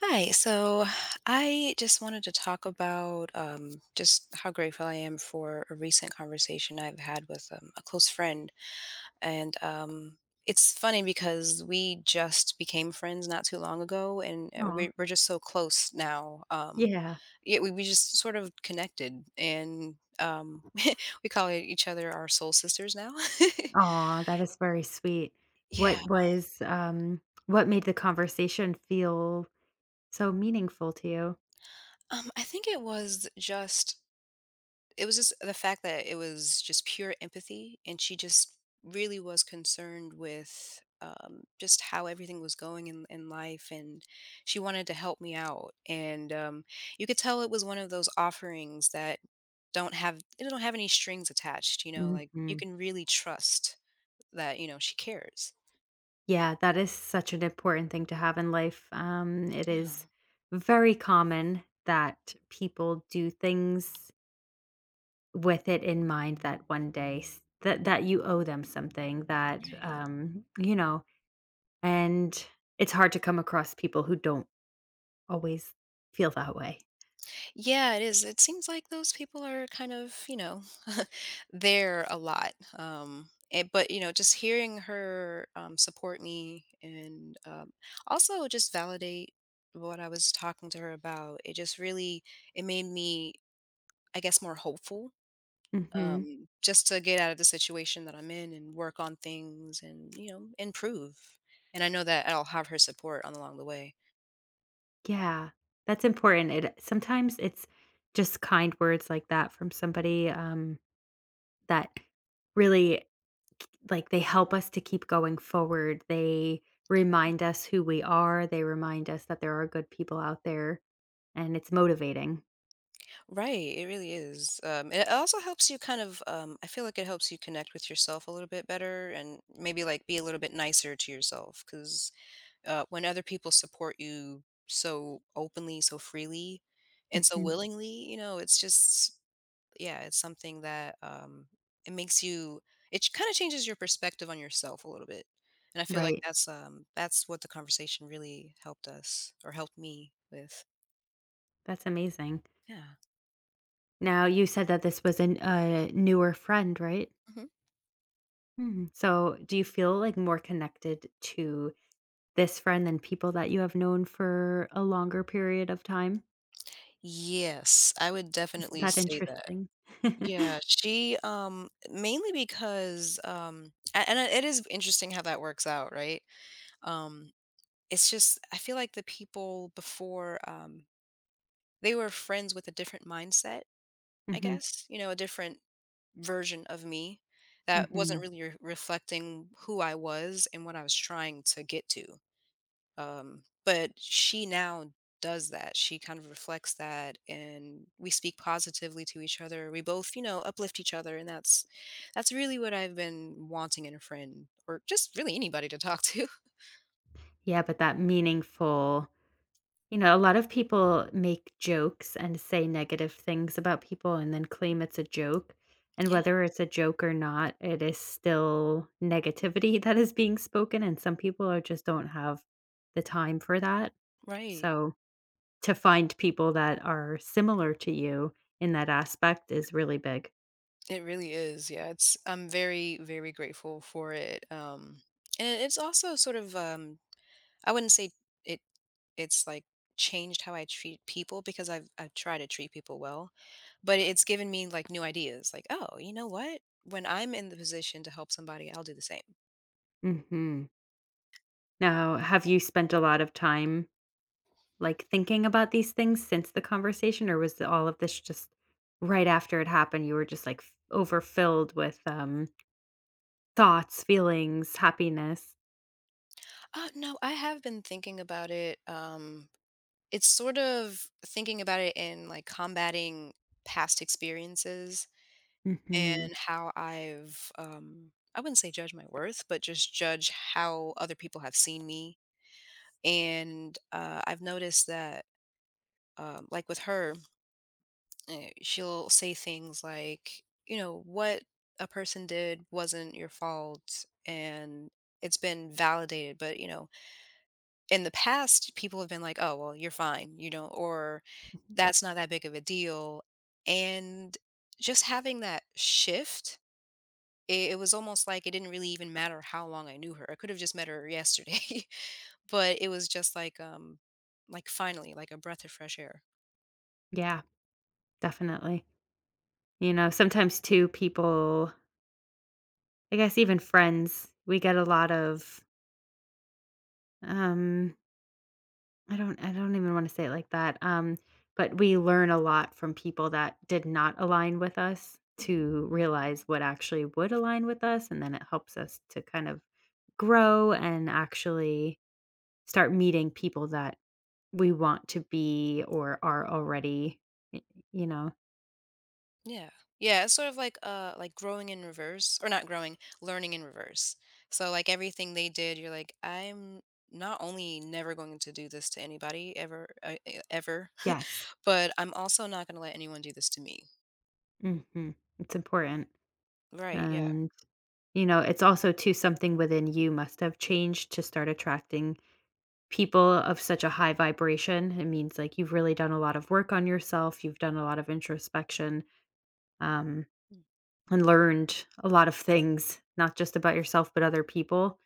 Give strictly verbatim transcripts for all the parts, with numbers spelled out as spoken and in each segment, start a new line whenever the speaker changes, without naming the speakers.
Hi, so I just wanted to talk about um, just how grateful I am for a recent conversation I've had with um, a close friend. And um, it's funny because we just became friends not too long ago, and uh,
Oh
we, we're just so close now. Um,
yeah.
yeah, we, we just sort of connected, and um, we call each other our soul sisters now.
Oh, that is very sweet.
Yeah,
What was, um what made the conversation feel so meaningful to you?
um, I think it was just it was just the fact that it was just pure empathy and she just really was concerned with um, just how everything was going in, in life and she wanted to help me out and um, you could tell it was one of those offerings that don't have it don't have any strings attached, you know, like you
Mhm.
can really trust that, you know, she cares.
Yeah, that is such an important thing to have in life. Um, it is
Yeah.
very common that people do things with it in mind that one day s that that you owe them something that,
Yeah. Right.
um, you know, and it's hard to come across people who don't always feel that way.
Yeah, it is. It seems like those people are kind of, you know, there a lot. Um, and, but you know, just hearing her um, support me and um, also just validate what I was talking to her about, it just really it made me, I guess, more hopeful.
Mhm.
Um, just to get out of the situation that I'm in and work on things and, you know, improve. And I know that I'll have her support on along the way.
Yeah, that's important. It sometimes it's just kind words like that from somebody, um, that really like, they help us to keep going forward. They
Yeah.
remind us who we are, they remind us that there are good people out there, and it's motivating.
Right, it really is. Um, and it also helps you kind of, um, I feel like it helps you connect with yourself a little bit better and maybe like be a little bit nicer to yourself. Because uh, when other people support you so openly, so freely, and so
Mhm,
willingly, you know, it's just, yeah, it's something that um, it makes you, it kind of changes your perspective on yourself a little bit. And I feel like
right.
that's um, that's what the conversation really helped us or helped me with.
That's amazing.
Yeah.
Now you said that this was an a newer friend, right?
Mm-hmm.
Mhm. So, do you feel like more connected to this friend than people that you have known for a longer period of time?
Yes, I would
Isn't
definitely
that
say that.
interesting?
Yeah, she, um, mainly because, um, a- and it is interesting how that works out, right? Um, it's just, I feel like the people before, um, they were friends with a different mindset, I
Hmm.
guess, you know, a different version of me that wasn't
Hmm.
really re- reflecting who I was and what I was trying to get to. Um, but she now does that. She kind of reflects that and we speak positively to each other. We both, you know, uplift each other, and that's that's really what I've been wanting in a friend or just really anybody to talk to.
Yeah, but that meaningful, you know, a lot of people make jokes and say negative things about people and then claim it's a joke. And
Yeah.
whether it's a joke or not, it is still negativity that is being spoken. And some people are, just don't have the time for that.
Right.
So, to find people that are similar to you in that aspect is really big.
It really is. Yeah. It's I'm very, very grateful for it. Um and it's also sort of um I wouldn't say it it's like changed how I treat people because I've I try to treat people well, but it's given me like new ideas. Like, oh, you know what? When I'm in the position to help somebody, I'll do the same.
Mhm. Now, have you spent a lot of time, like, thinking about these things since the conversation, or was all of this just right after it happened, you were just, like, f overfilled with, um, thoughts, feelings, happiness?
Oh no, I have been thinking about it. Um, it's sort of thinking about it in like combating past experiences
Mhm.
and how I've um, I wouldn't say judge my worth, but just judge how other people have seen me. And uh, I've noticed that, um, like with her, uh, she'll say things like, you know, what a person did wasn't your fault and it's been validated. But, you know, in the past, people have been like, oh, well, you're fine, you know, or that's not that big of a deal. And just having that shift, it, it was almost like it didn't really even matter how long I knew her. I could have just met her yesterday, but it was just like, um, like finally, like a breath of fresh air.
Yeah, definitely. You know, sometimes too people, I guess even friends, we get a lot of, um I don't I don't even wanna say it like that, um, but we learn a lot from people that did not align with us
Mhm.
to realize what actually would align with us, and then it helps us to kind of grow and actually start meeting people that we want to be or are already, y you know?
Yeah. Yeah, it's sort of like uh like growing in reverse or not growing, learning in reverse. So like everything they did, you're like I'm not only never going to do this to anybody ever uh, e- ever,
Yes.
but I'm also not going to let anyone do this to me.
Mhm. It's important,
Right, yeah.
and, you know, it's also too something within you must have changed to start attracting people of such a high vibration. It means like you've really done a lot of work on yourself, you've done a lot of introspection, um,
Mm.
and learned a lot of things, not just about yourself, but other people.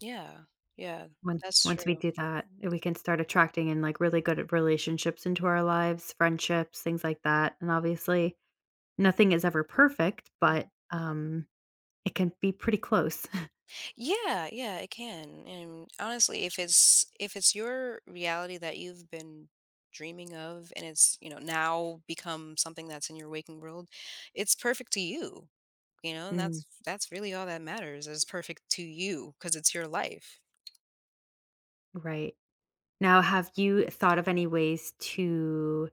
Yeah. Yeah,
When
that's
once we
true.
do that, we can start attracting in like really good relationships into our lives, friendships, things like that. And obviously, nothing is ever perfect,
Mm-hmm.
but um, it can be pretty close.
Yeah, yeah, it can. And honestly, if it's if it's your reality that you've been dreaming of and it's, you know, now become something that's in your waking world, it's perfect to you, you know, and
Mm,
that's that's really all that matters is perfect to you because it's your life.
right. Now, have you thought of any ways to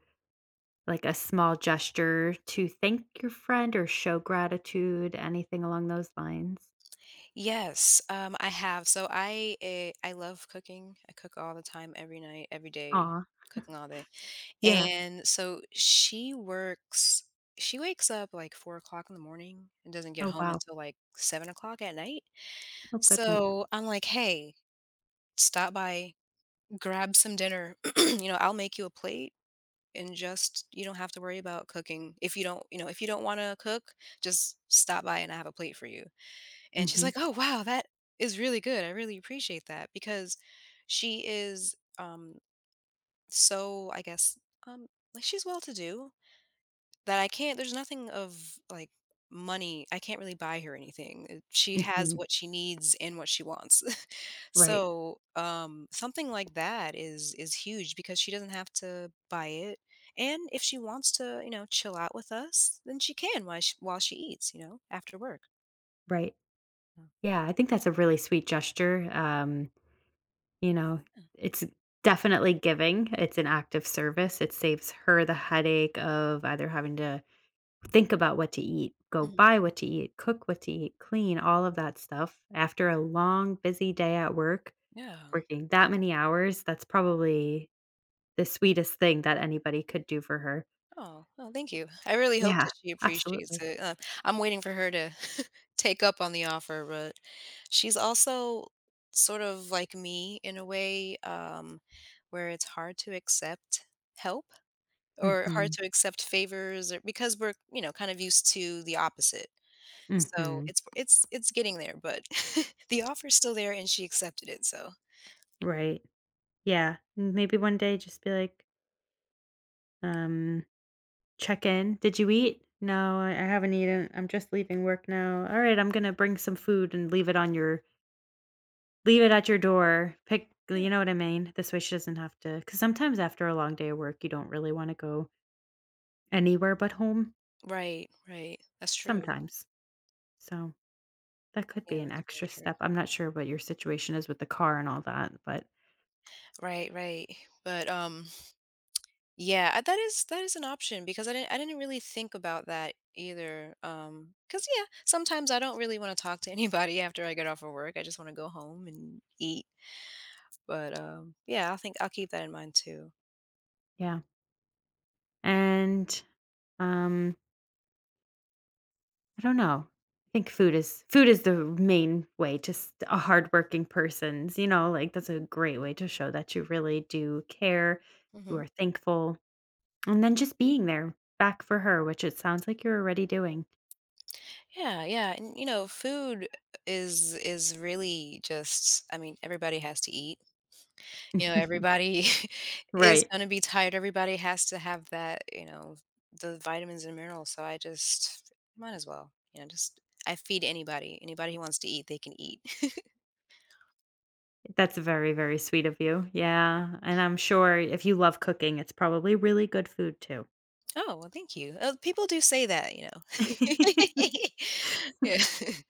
like a small gesture to thank your friend or show gratitude, anything along those lines?
Yes, um I have. So I eh, I love cooking. I cook all the time, every night, every day,
Aw.
cooking all day.
Yeah.
And so she works she wakes up like four o'clock in the morning and doesn't get Oh.
Oh,
home
wow.
until like seven o'clock at night.
Oh, goodness.
So I'm like, "Hey, stop by, grab some dinner, you know, I'll make you a plate and just you don't have to worry about cooking. If you don't, you know, if you don't wanna cook, just stop by and I have a plate for you." And she's
Mhm.
like, "Oh, wow, that is really good. I really appreciate that." Because she is, um, so, I guess, um, like she's well-to-do, That I can't there's nothing of, like, money I can't really buy her anything, uh, she has
Mhm.
what she needs and what she wants.
Right.
So, um, something like that is is huge because she doesn't have to buy it, and if she wants to, you know, chill out with us, then she can while she while she eats, you know, after work.
Right.
Oh.
Yeah, I think that's a really sweet gesture, um, you know,
Yeah.
it's definitely giving, it's an act of service, it saves her the headache of either having to think about what to eat, go
Mhm.
buy what to eat, cook what to eat, clean, all of that stuff after a long, busy day at work.
Yeah.
Working that many hours, that's probably the sweetest thing that anybody could do for her.
Oh, well, thank you. I really hope
Yeah,
that she appreciates
absolutely.
it. Uh, I'm waiting for her to take up on the offer, but she's also sort of like me in a way, um, where it's hard to accept help or hard
Mhm,
to accept favors or because we're, you know, kind of used to the opposite, so
mhm,
it's it's it's getting there, but the offer's still there and she accepted it. So
right. Yeah, m maybe one day just be like, um, check in, "Did you eat?" "No, I I haven't eaten. I'm just leaving work now." "Alright, I'm gonna bring some food and leave it on your leave it at your door." Pick you
yeah.
know what I mean? This way she doesn't have to. Because sometimes after a long day of work, you don't really wanna go anywhere but home,
Right, right, that's true.
sometimes, so that could be
Yeah,
an
that's very
extra
true.
step. I'm not sure what your situation is with the car and all that, but
Right, right. But um yeah, uh, that is that is an option because I didn't I didn't really think about that either. um, Cause yeah, sometimes I don't really want to talk to anybody after I get off of work. I just want to go home and eat. But um, yeah, I think I'll keep that in mind too.
yeah. And um, I don't know. I think food is food is the main way to s- a hardworking person's. You know, like that's a great way to show that you really do care, you
Hmm.
are thankful, and then just being there back for her, which it sounds like you're already doing.
Yeah, yeah, and you know, food is is really just. I mean, everybody has to eat. You know, everybody is
Right.
gonna be tired, everybody has to have that, you know, the vitamins and minerals, so I just might as well, you know, just I feed anybody. Anybody who wants to eat, they can eat.
That's very, very sweet of you. Yeah. And I'm sure if you love cooking, it's probably really good food too.
Oh, well, thank you. Uh, people do say that, you know. Yeah.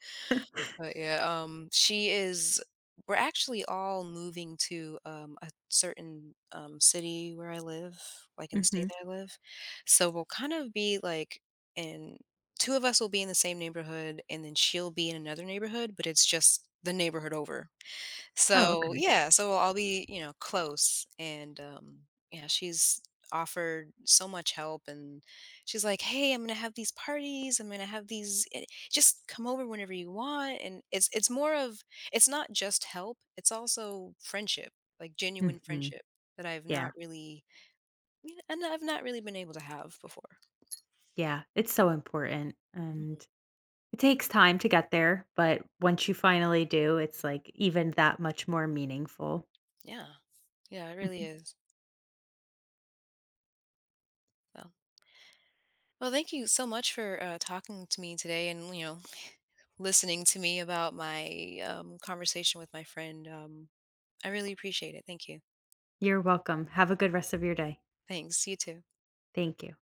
But yeah, um, she is. We're actually all moving to um, a certain um, city where I live, like in the state
Hmm.
that I live. So we'll kind of be like and two of us will be in the same neighborhood, and then she'll be in another neighborhood, but it's just the neighborhood over.
Oh,
So,
okay.
yeah, so I'll be, you know, close and, um, yeah, she's offered so much help and she's like, "Hey, I'm gonna have these parties. I'm gonna have these eh, just come over whenever you want." And it's it's more of it's not just help, it's also friendship, like genuine
Mhm.
friendship that I've
Yeah.
not really you know, and I've not really been able to have before.
Yeah. It's so important,
Mhm.
and it takes time to get there, but once you finally do, it's, like, even that much more meaningful.
Yeah. Yeah, it really
Mhm.
is. So well, thank you so much for uh, talking to me today and, you know, listening to me about my um, conversation with my friend. Um, I really appreciate it. Thank you.
You're welcome. Have a good rest of your day.
Thanks. You too.
Thank you.